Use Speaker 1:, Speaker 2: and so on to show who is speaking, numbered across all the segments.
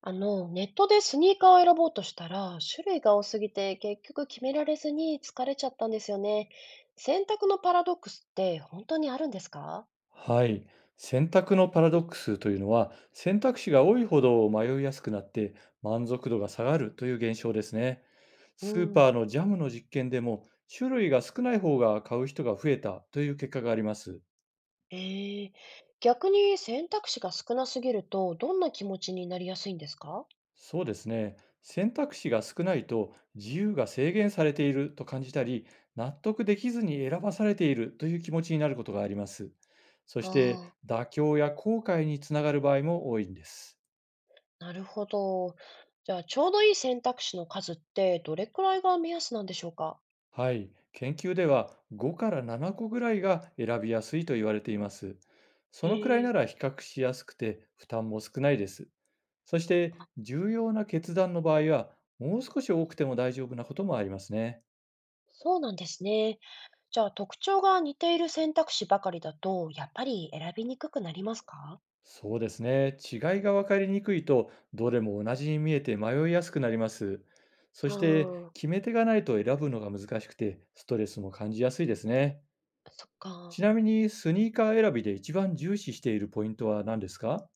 Speaker 1: ネットでスニーカーを選ぼうとしたら、種類が多すぎて結局決められずに疲れちゃったんですよね。選択のパラドックスって本当にあるんですか？
Speaker 2: はい。選択のパラドックスというのは、選択肢が多いほど迷いやすくなって満足度が下がるという現象ですね。
Speaker 1: う
Speaker 2: スー
Speaker 1: ん。
Speaker 2: パーのジャムの実験でも、種類が少ない方が買う人が増えたという結果があります。
Speaker 1: ええ、逆に選択肢が少なすぎると、どんな気持ちになりやすいんですか？
Speaker 2: そうですね。選択肢が少ないと自由が制限されていると感じたり、納得できずに選ばされているという気持ちになることがあります。そして、
Speaker 1: ああ、
Speaker 2: 妥協や後悔につながる場合も多いんです。
Speaker 1: なるほど。じゃあ、ちょうどいい選択肢の数ってどれくらいが目安なんでしょうか？
Speaker 2: はい、研究では5から7個ぐらいが選びやすいと言われています。そ
Speaker 1: へ
Speaker 2: のくらい
Speaker 1: え、
Speaker 2: なら比較しやすくて負担も少ないです。そし
Speaker 1: そっか。
Speaker 2: て重要な決断の場合は、もう少し多くても大丈夫なこともありますね。
Speaker 1: そうなんですね。じゃあ特徴が似ている選択肢ばかりだと、やっぱり選びにくくなりますか？
Speaker 2: そうですね。違いが分かりにくいとどれも同じに見えて迷いやすくなります。そ
Speaker 1: あ
Speaker 2: し
Speaker 1: あ
Speaker 2: て
Speaker 1: ー、
Speaker 2: 決め手がないと選ぶのが難しくてストレスも感じやすいですね。
Speaker 1: そっ
Speaker 2: ち
Speaker 1: か。
Speaker 2: なみにスニーカー選びで一番重視しているポイントは何ですか？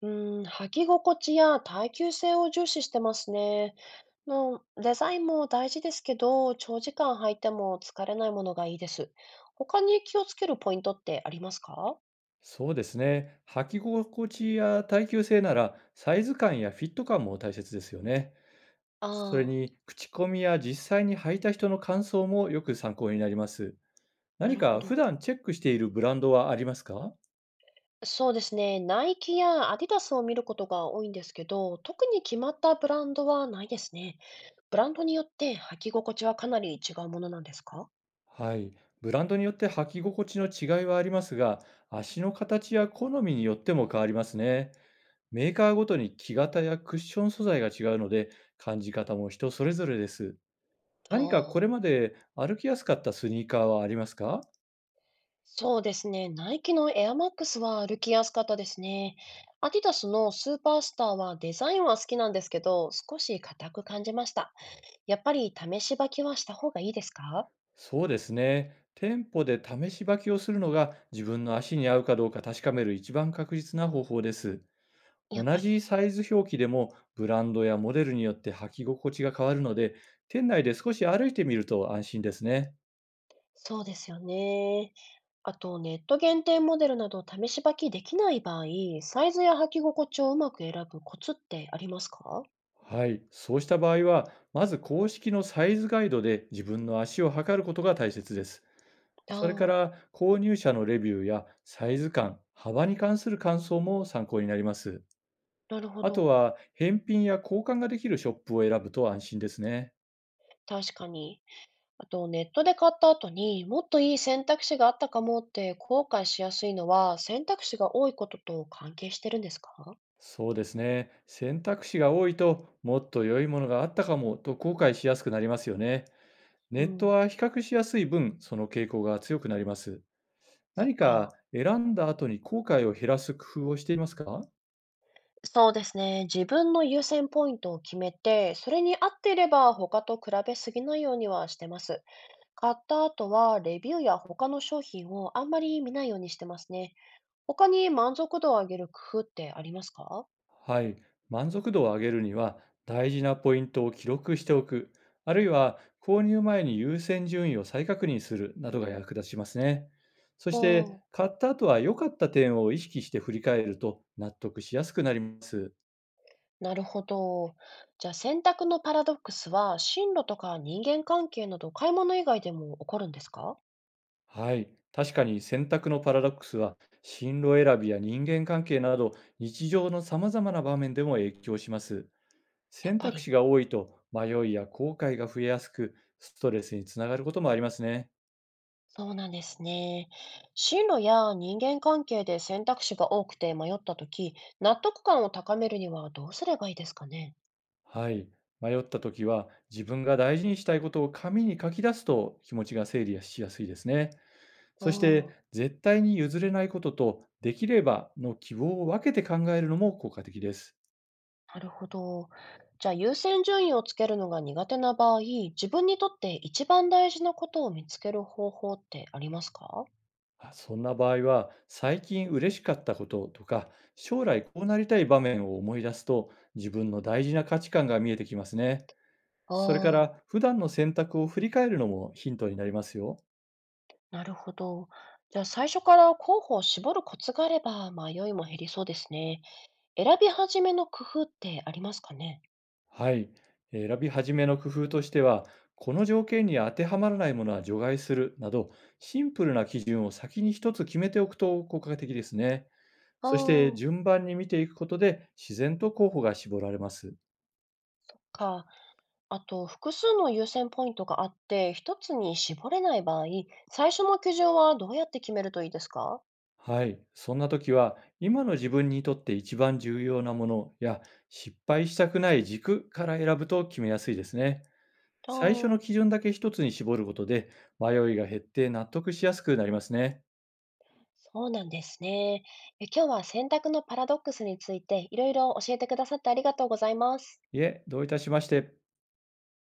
Speaker 1: うーん、履き心地や耐久性を重視してますね。のデザインも大事ですけど、長時間履いても疲れないものがいいです。他に気をつけるポイントってありますか？
Speaker 2: そうですね。履き心地や耐久性なら、サイズ感やフィット感も大切ですよね。
Speaker 1: あ
Speaker 2: それ
Speaker 1: あー、
Speaker 2: に、口コミや実際に履いた人の感想もよく参考になります。
Speaker 1: な
Speaker 2: 何
Speaker 1: るほ
Speaker 2: か普
Speaker 1: ど。
Speaker 2: 段チェックしているブランドはありますか？
Speaker 1: そうですね。ナイキやアディダスを見ることが多いんですけど、特に決まったブランドはないですね。ブランドによって履き心地はかなり違うものなんですか？
Speaker 2: はい。ブランドによって履き心地の違いはありますが、足の形や好みによっても変わりますね。メーカーごとに木型やクッション素材が違うので、感じ方も人それぞれです。
Speaker 1: あ
Speaker 2: 何かこれ
Speaker 1: あ、
Speaker 2: まで歩きやすかったスニーカーはありますか？
Speaker 1: そうですね。ナイキのエアマックスは歩きやすかったですね。アディダスのスーパースターはデザインは好きなんですけど、少し硬く感じました。やっぱり試し履きはした方がいいですか？
Speaker 2: そうですね。店舗で試し履きをするのが自分の足に合うかどうか確かめる一番確実な方法です。
Speaker 1: やっ
Speaker 2: 同
Speaker 1: ぱり。
Speaker 2: じサイズ表記でもブランドやモデルによって履き心地が変わるので、店内で少し歩いてみると安心ですね。
Speaker 1: そうですよね。あと、ネット限定モデルなど試し履きできない場合、サイズや履き心地をうまく選ぶコツってありますか？
Speaker 2: はい。そうした場合は、まず公式のサイズガイドで自分の足を測ることが大切です。
Speaker 1: あ
Speaker 2: それか
Speaker 1: あ、
Speaker 2: ら購入者のレビューやサイズ感、幅に関する感想も参考になります。
Speaker 1: なるほ
Speaker 2: あと
Speaker 1: ど。
Speaker 2: は、返品や交換ができるショップを選ぶと安心ですね。
Speaker 1: 確かに。あと、ネットで買った後にもっといい選択肢があったかもって後悔しやすいのは、選択肢が多いことと関係してるんですか？
Speaker 2: そうですね。選択肢が多いと、もっと良いものがあったかもと後悔しやすくなりますよね。
Speaker 1: う
Speaker 2: ネット
Speaker 1: ん、
Speaker 2: は比較しやすい分、その傾向が強くなります。
Speaker 1: そっ
Speaker 2: 何か
Speaker 1: か。
Speaker 2: 選んだ後に後悔を減らす工夫をしていますか？
Speaker 1: そうですね。自分の優先ポイントを決めて、それに合っていれば他と比べすぎないようにはしてます。買った後はレビューや他の商品をあんまり見ないようにしてますね。他に満足度を上げる工夫ってありますか？
Speaker 2: はい、満足度を上げるには大事なポイントを記録しておく、あるいは購入前に優先順位を再確認するなどが役立ちますね。そ
Speaker 1: お
Speaker 2: して
Speaker 1: ー、
Speaker 2: 買った後は良かった点を意識して振り返ると納得しやすくなります。
Speaker 1: なるほど。じゃあ選択のパラドックスは進路とか人間関係など買い物以外でも起こるんですか？
Speaker 2: はい、確かに選択のパラドックスは進路選びや人間関係など日常の様々な場面でも影響します。
Speaker 1: やっ
Speaker 2: 選
Speaker 1: ぱ
Speaker 2: 択
Speaker 1: り。
Speaker 2: 肢が多いと迷いや後悔が増えやすく、ストレスにつながることもありますね。
Speaker 1: そうなんですね。進路や人間関係で選択肢が多くて迷ったとき、納得感を高めるにはどうすればいいですかね。
Speaker 2: はい。迷ったときは、自分が大事にしたいことを紙に書き出すと気持ちが整理しやすいですね。
Speaker 1: あ
Speaker 2: そして、
Speaker 1: あ、
Speaker 2: 絶対に譲れないことと、できればの希望を分けて考えるのも効果的です。
Speaker 1: なるほど。じゃあ優先順位をつけるのが苦手な場合、自分にとって一番大事なことを見つける方法ってありますか？
Speaker 2: あ、そんな場合は、最近嬉しかったこととか、将来こうなりたい場面を思い出すと、自分の大事な価値観が見えてきますね。それか
Speaker 1: あ
Speaker 2: ら、
Speaker 1: あ、
Speaker 2: 普段の選択を振り返るのもヒントになりますよ。
Speaker 1: なるほど。じゃあ最初から候補を絞るコツがあれば迷いも減りそうですね。選び始めの工夫ってありますかね。
Speaker 2: はい。選び始めの工夫としては、この条件に当てはまらないものは除外するなど、シンプルな基準を先に一つ決めておくと効果的ですね。
Speaker 1: あ
Speaker 2: そして
Speaker 1: あ、
Speaker 2: 順番に見ていくことで自然と候補が絞られます。
Speaker 1: か。あと、複数の優先ポイントがあって、一つに絞れない場合、最初の基準はどうやって決めるといいですか？
Speaker 2: はい。そんな時は、今の自分にとって一番重要なものや、失敗したくない軸から選ぶと決めやすいですね。
Speaker 1: あ
Speaker 2: 最初の
Speaker 1: ー、
Speaker 2: 基準だけ一つに絞ることで、迷いが減って納得しやすくなりますね。
Speaker 1: そうなんですね。今日は選択のパラドックスについていろいろ教えてくださってありがとうございます。
Speaker 2: いえ、どういたしまして。